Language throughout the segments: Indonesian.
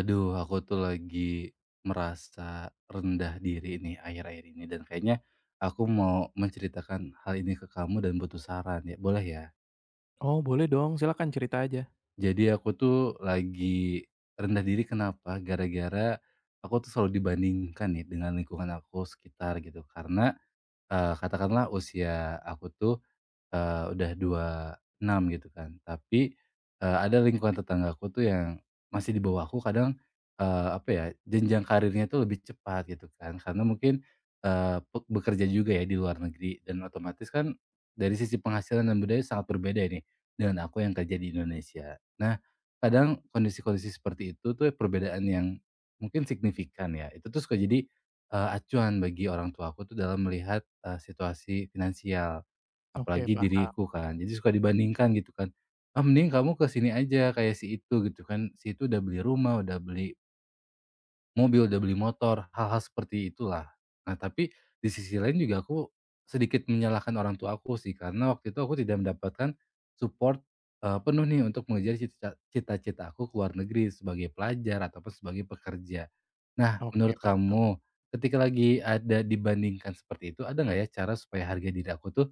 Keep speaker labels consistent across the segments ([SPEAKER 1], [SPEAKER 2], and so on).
[SPEAKER 1] Aduh, aku tuh lagi merasa rendah diri nih akhir-akhir ini dan kayaknya aku mau menceritakan hal ini ke kamu dan butuh saran ya, boleh ya?
[SPEAKER 2] Oh, boleh dong, silakan cerita aja.
[SPEAKER 1] Jadi aku tuh lagi rendah diri kenapa? Gara-gara aku tuh selalu dibandingkan nih dengan lingkungan aku sekitar gitu karena katakanlah usia aku tuh udah 26 gitu kan. Tapi, ada lingkungan tetanggaku tuh yang masih di bawah aku kadang, apa ya, jenjang karirnya tuh lebih cepat gitu kan. Karena mungkin, eee, pe bekerja juga ya di luar negeri dan otomatis kan dari sisi penghasilan dan budaya sangat berbeda nih dengan aku yang kerja di Indonesia. Nah, kadang kondisi-kondisi seperti itu tuh perbedaan yang mungkin signifikan ya, itu tuh suka jadi, acuan bagi orang tua aku tuh dalam melihat, situasi finansial.
[SPEAKER 2] Oke,
[SPEAKER 1] Apalagi
[SPEAKER 2] paham.
[SPEAKER 1] diriku kan, jadi suka dibandingkan gitu kan, "Ah, mending kamu ke sini aja kayak si itu," gitu kan, "si itu udah beli rumah, udah beli mobil, udah beli motor," hal-hal seperti itulah. Nah, tapi di sisi lain juga aku sedikit menyalahkan orang tua aku sih, karena waktu itu aku tidak mendapatkan support, penuh nih untuk mengejar cita-cita aku ke luar negeri sebagai pelajar ataupun sebagai pekerja. Nah,
[SPEAKER 2] Oke,
[SPEAKER 1] menurut
[SPEAKER 2] paham.
[SPEAKER 1] kamu ketika lagi ada dibandingkan seperti itu, ada nggak ya cara supaya harga diri aku tuh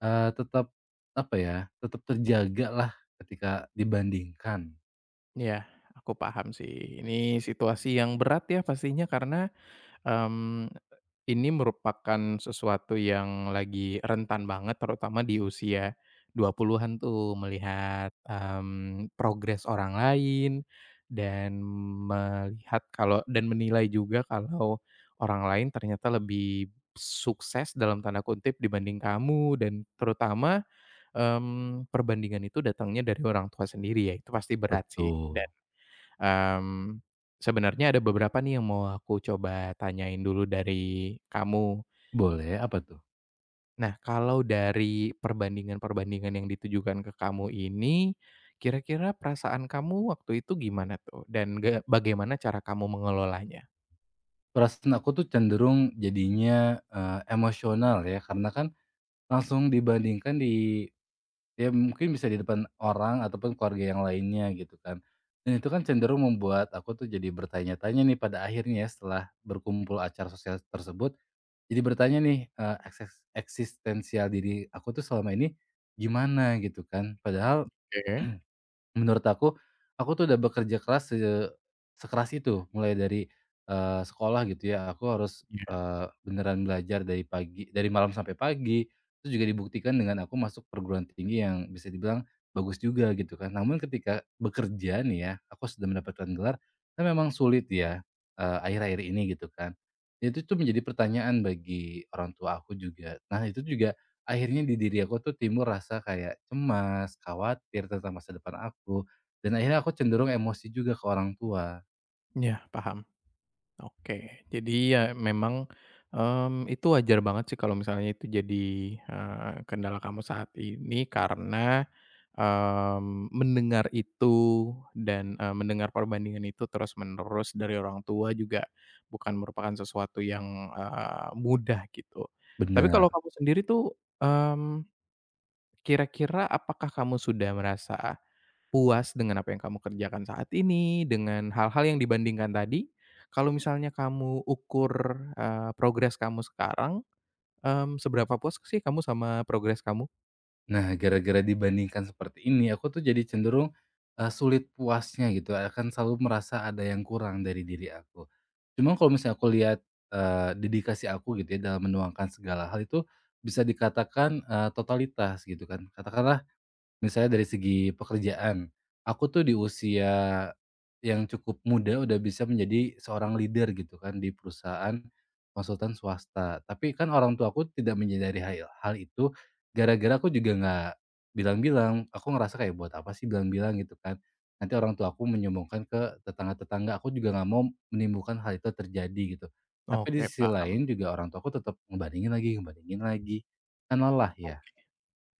[SPEAKER 1] Tetap, apa ya, tetap terjagalah ketika dibandingkan.
[SPEAKER 2] Ya, aku paham sih. Ini situasi yang berat ya pastinya karena, mmm, ini merupakan sesuatu yang lagi rentan banget terutama di usia 20-an tuh melihat, progres orang lain dan melihat kalau dan menilai juga kalau orang lain ternyata lebih sukses dalam tanda kutip dibanding kamu dan terutama, perbandingan itu datangnya dari orang tua sendiri ya, itu pasti berat sih
[SPEAKER 1] Betul.
[SPEAKER 2] dan, mmm, sebenarnya ada beberapa nih yang mau aku coba tanyain dulu dari kamu.
[SPEAKER 1] Boleh, apa tuh?
[SPEAKER 2] Nah, kalau dari perbandingan-perbandingan yang ditujukan ke kamu ini, kira-kira perasaan kamu waktu itu gimana tuh? Dan bagaimana cara kamu mengelolanya?
[SPEAKER 1] Perasaan aku tuh cenderung jadinya, emosional ya, karena kan langsung dibandingkan di ya mungkin bisa di depan orang ataupun keluarga yang lainnya gitu kan. Dan itu kan cenderung membuat aku tuh jadi bertanya-tanya nih pada akhirnya ya setelah berkumpul acara sosial tersebut, jadi bertanya nih, eee, ekses eksistensial diri aku tuh selama ini gimana gitu kan. Padahal
[SPEAKER 2] Oke,
[SPEAKER 1] menurut aku tuh udah bekerja keras sekeras itu, mulai dari, sekolah gitu ya, aku harus,
[SPEAKER 2] ya,
[SPEAKER 1] beneran belajar dari pagi dari malam sampai pagi, itu juga dibuktikan dengan aku masuk perguruan tinggi yang bisa dibilang bagus juga gitu kan. Namun ketika bekerja nih ya, aku sudah mendapatkan gelar, kan memang sulit ya, akhir-akhir ini gitu kan. Itu tuh menjadi pertanyaan bagi orang tua aku juga. Nah itu juga akhirnya di diri aku tuh timbul rasa kayak cemas, khawatir tentang masa depan aku, dan akhirnya aku cenderung emosi juga ke orang tua.
[SPEAKER 2] iya, paham. Oke, jadi ya memang, itu wajar banget sih kalau misalnya itu jadi, kendala kamu saat ini karena, mendengar itu dan, mendengar perbandingan itu terus-menerus dari orang tua juga bukan merupakan sesuatu yang, mudah gitu. Tapi
[SPEAKER 1] Benar.
[SPEAKER 2] kalau kamu sendiri tuh, mmm, kira-kira apakah kamu sudah merasa puas dengan apa yang kamu kerjakan saat ini, dengan hal-hal yang dibandingkan tadi, kalau misalnya kamu ukur, progres kamu sekarang, seberapa puas sih kamu sama progres kamu?
[SPEAKER 1] Nah, gara-gara dibandingkan seperti ini, aku tuh jadi cenderung, sulit puasnya gitu, akan selalu merasa ada yang kurang dari diri aku. Cuma kalau misalnya aku lihat, dedikasi aku gitu ya dalam menuangkan segala hal itu bisa dikatakan, totalitas gitu kan. Katakanlah misalnya dari segi pekerjaan, aku tuh di usia yang cukup muda udah bisa menjadi seorang leader gitu kan di perusahaan konsultan swasta. Tapi kan orang tua aku tidak menyadari hal itu gara-gara aku juga nggak bilang-bilang. Aku ngerasa kayak buat apa sih bilang-bilang gitu kan. Nanti orang tua aku menyombongkan ke tetangga-tetangga. Aku juga nggak mau menimbulkan hal itu terjadi gitu. Tapi di
[SPEAKER 2] Oke,
[SPEAKER 1] sisi
[SPEAKER 2] paham.
[SPEAKER 1] lain juga orang tua aku tetap ngebandingin lagi, ngebandingin lagi. Kan lelah ya.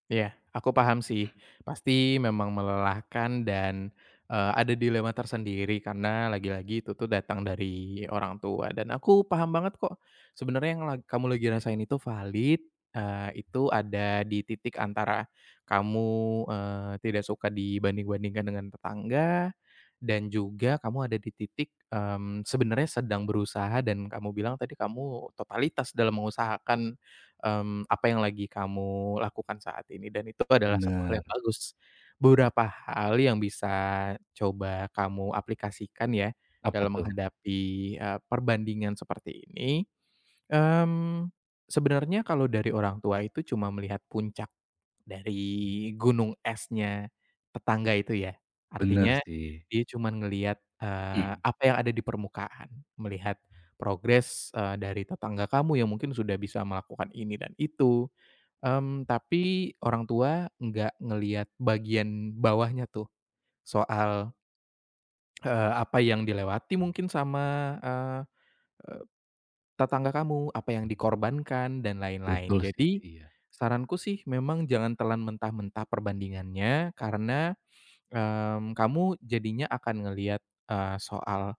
[SPEAKER 2] Iya, aku paham sih. Pasti memang melelahkan dan, ada dilema tersendiri karena lagi-lagi itu tuh datang dari orang tua dan aku paham banget kok. Sebenarnya yang kamu lagi rasain itu valid, itu ada di titik antara kamu, tidak suka dibanding-bandingkan dengan tetangga dan juga kamu ada di titik, sebenarnya sedang berusaha dan kamu bilang tadi kamu totalitas dalam mengusahakan apa yang lagi kamu lakukan saat ini dan itu adalah satu hal yang
[SPEAKER 1] Bener.
[SPEAKER 2] bagus. Beberapa hal yang bisa coba kamu aplikasikan ya
[SPEAKER 1] Apa
[SPEAKER 2] dalam
[SPEAKER 1] tuh?
[SPEAKER 2] menghadapi, perbandingan seperti ini, mmm, sebenarnya kalau dari orang tua itu cuma melihat puncak. Dari gunung esnya tetangga itu ya.
[SPEAKER 1] Bener
[SPEAKER 2] Artinya
[SPEAKER 1] sih.
[SPEAKER 2] dia cuman ngelihat, apa yang ada di permukaan, melihat progres, dari tetangga kamu yang mungkin sudah bisa melakukan ini dan itu, tapi orang tua nggak ngelihat bagian bawahnya tuh, soal, apa yang dilewati mungkin sama, eee eee tetangga kamu, apa yang dikorbankan, dan lain-lain.
[SPEAKER 1] Betul sih,
[SPEAKER 2] Jadi,
[SPEAKER 1] iya.
[SPEAKER 2] saranku sih memang jangan telan mentah-mentah perbandingannya, karena, kamu jadinya akan ngelihat, soal,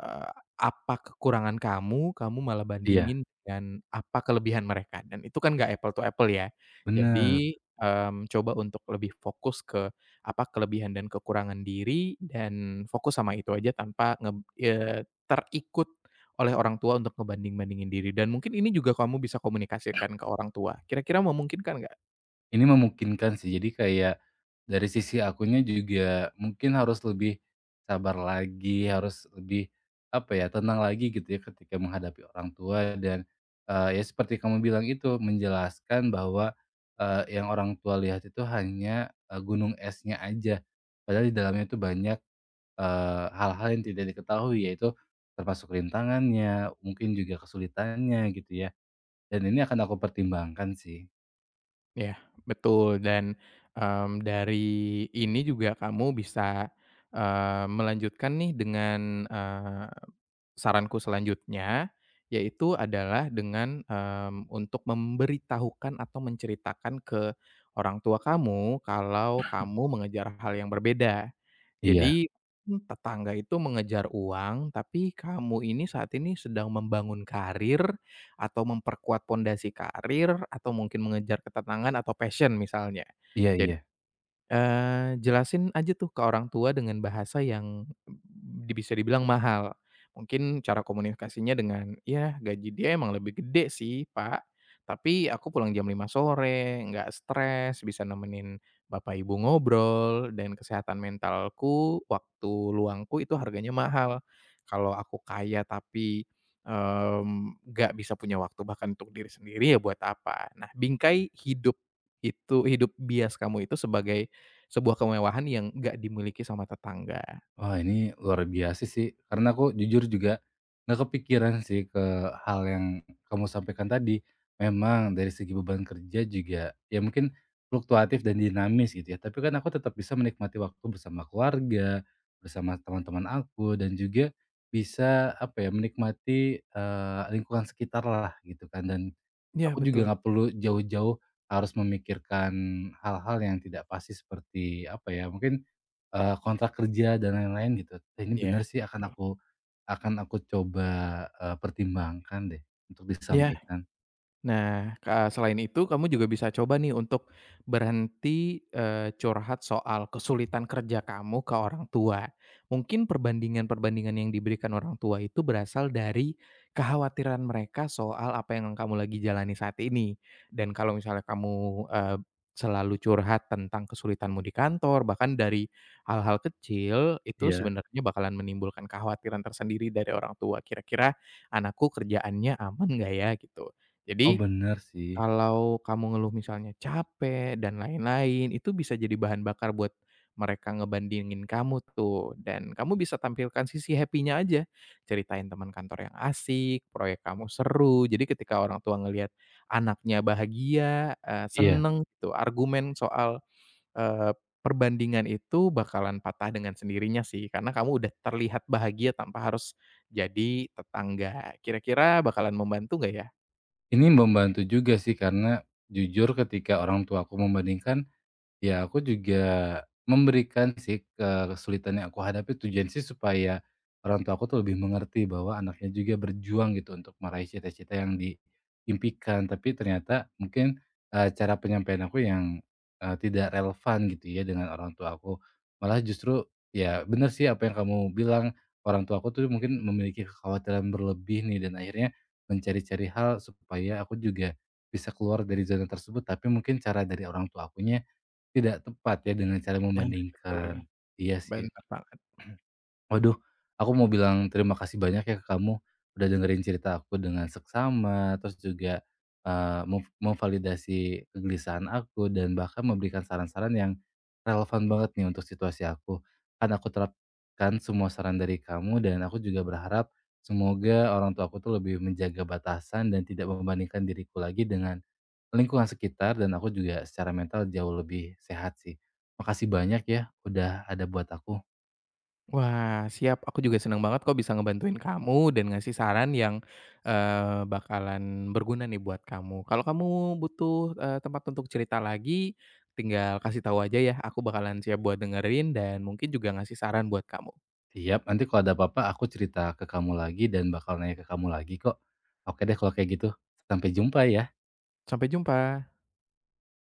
[SPEAKER 2] eee, apa kekurangan kamu, kamu malah
[SPEAKER 1] Iya,
[SPEAKER 2] bandingin dengan apa kelebihan mereka dan itu kan nggak apple to apple ya.
[SPEAKER 1] bener.
[SPEAKER 2] Jadi, coba untuk lebih fokus ke apa kelebihan dan kekurangan diri dan fokus sama itu aja tanpa terikut oleh orang tua untuk ngebanding-bandingin diri dan mungkin ini juga kamu bisa komunikasikan ke orang tua. Kira-kira memungkinkan nggak?
[SPEAKER 1] Ini memungkinkan sih, jadi kayak dari sisi akunya juga mungkin harus lebih sabar lagi, harus lebih, apa ya, tenang lagi gitu ya ketika menghadapi orang tua dan, ya seperti kamu bilang itu, menjelaskan bahwa, yang orang tua lihat itu hanya, gunung esnya aja, padahal di dalamnya itu banyak hal-hal yang tidak diketahui, yaitu termasuk rintangannya, mungkin juga kesulitannya gitu ya, dan ini akan aku pertimbangkan sih.
[SPEAKER 2] Iya, betul dan, dari ini juga kamu bisa, melanjutkan nih dengan, saranku selanjutnya, yaitu adalah dengan, untuk memberitahukan atau menceritakan ke orang tua kamu kalau kamu mengejar hal yang berbeda.
[SPEAKER 1] Iya,
[SPEAKER 2] Jadi, tetangga itu mengejar uang, tapi kamu ini saat ini sedang membangun karir, atau memperkuat pondasi karir, atau mungkin mengejar ketenangan atau passion misalnya.
[SPEAKER 1] iya
[SPEAKER 2] Jadi,
[SPEAKER 1] iya.
[SPEAKER 2] Jelasin aja tuh ke orang tua dengan bahasa yang bisa dibilang mahal. Mungkin cara komunikasinya dengan, "Ya gaji dia emang lebih gede sih, Pak, tapi aku pulang jam lima sore, nggak stres, bisa nemenin bapak ibu ngobrol, dan kesehatan mentalku, waktu luangku itu harganya mahal. Kalau aku kaya tapi, nggak bisa punya waktu bahkan untuk diri sendiri, ya buat apa?" Nah, bingkai hidup itu hidup bias kamu itu sebagai sebuah kemewahan yang nggak dimiliki sama tetangga.
[SPEAKER 1] Wah ini luar biasa sih, karena aku jujur juga nggak kepikiran sih ke hal yang kamu sampaikan tadi. Memang dari segi beban kerja juga ya mungkin fluktuatif dan dinamis gitu ya, tapi kan aku tetap bisa menikmati waktu bersama keluarga, bersama teman-teman aku dan juga bisa apa ya, menikmati, lingkungan sekitar lah gitu kan dan
[SPEAKER 2] Iya,
[SPEAKER 1] aku juga
[SPEAKER 2] betul.
[SPEAKER 1] nggak perlu jauh-jauh harus memikirkan hal-hal yang tidak pasti seperti apa ya, mungkin kontrak kerja dan lain-lain gitu. Eh, ini benar
[SPEAKER 2] Iya,
[SPEAKER 1] sih
[SPEAKER 2] betul.
[SPEAKER 1] akan aku coba, pertimbangkan deh untuk
[SPEAKER 2] Iya,
[SPEAKER 1] disampaikan.
[SPEAKER 2] nah, selain itu kamu juga bisa coba nih untuk berhenti, curhat soal kesulitan kerja kamu ke orang tua. Mungkin perbandingan-perbandingan yang diberikan orang tua itu berasal dari kekhawatiran mereka soal apa yang kamu lagi jalani saat ini. Dan kalau misalnya kamu, selalu curhat tentang kesulitanmu di kantor, bahkan dari hal-hal kecil, itu
[SPEAKER 1] Iya.
[SPEAKER 2] sebenarnya bakalan menimbulkan kekhawatiran tersendiri dari orang tua. Kira-kira anakku kerjaannya aman nggak ya? Gitu.
[SPEAKER 1] Oh
[SPEAKER 2] Jadi,
[SPEAKER 1] benar sih.
[SPEAKER 2] kalau kamu ngeluh misalnya capek dan lain-lain, itu bisa jadi bahan bakar buat mereka ngebandingin kamu tuh, dan kamu bisa tampilkan sisi happy-nya aja. Ceritain teman kantor yang asik, proyek kamu seru, jadi ketika orang tua ngelihat anaknya bahagia,
[SPEAKER 1] Iya.
[SPEAKER 2] seneng gitu, argumen soal, eee, perbandingan itu bakalan patah dengan sendirinya sih, karena kamu udah terlihat bahagia tanpa harus jadi tetangga. Kira-kira bakalan membantu nggak ya?
[SPEAKER 1] Ini membantu juga sih karena jujur ketika orang tuaku membandingkan ya, aku juga memberikan sih, kesulitan yang aku hadapi tujuan sih supaya orang tua aku tuh lebih mengerti bahwa anaknya juga berjuang gitu untuk meraih cita-cita yang diimpikan. Tapi ternyata mungkin, cara penyampaian aku yang, tidak relevan gitu ya dengan orang tua aku. Malah justru ya bener sih apa yang kamu bilang, orang tua aku tuh mungkin memiliki kekhawatiran berlebih nih dan akhirnya mencari-cari hal supaya aku juga bisa keluar dari zona tersebut. Tapi mungkin cara dari orang tua akunya tidak tepat ya dengan cara
[SPEAKER 2] Nah, betul.
[SPEAKER 1] membandingkan. Iya sih.
[SPEAKER 2] Bener banget.
[SPEAKER 1] Waduh, aku mau bilang terima kasih banyak ya ke kamu, udah dengerin cerita aku dengan seksama, terus juga, eee, mem memvalidasi kegelisahan aku dan bahkan memberikan saran-saran yang relevan banget nih untuk situasi aku. Kan aku terapkan semua saran dari kamu dan aku juga berharap semoga orang tua aku tuh lebih menjaga batasan dan tidak membandingkan diriku lagi dengan lingkungan sekitar dan aku juga secara mental jauh lebih sehat sih. Makasih banyak ya udah ada buat aku.
[SPEAKER 2] Wah, siap, aku juga senang banget kok bisa ngebantuin kamu dan ngasih saran yang, bakalan berguna nih buat kamu. Kalau kamu butuh, tempat untuk cerita lagi, tinggal kasih tahu aja ya, aku bakalan siap buat dengerin dan mungkin juga ngasih saran buat kamu.
[SPEAKER 1] Siap, nanti kalau ada apa-apa aku cerita ke kamu lagi dan bakal nanya ke kamu lagi kok. Oke deh kalau kayak gitu. Sampai jumpa ya.
[SPEAKER 2] Sampai jumpa.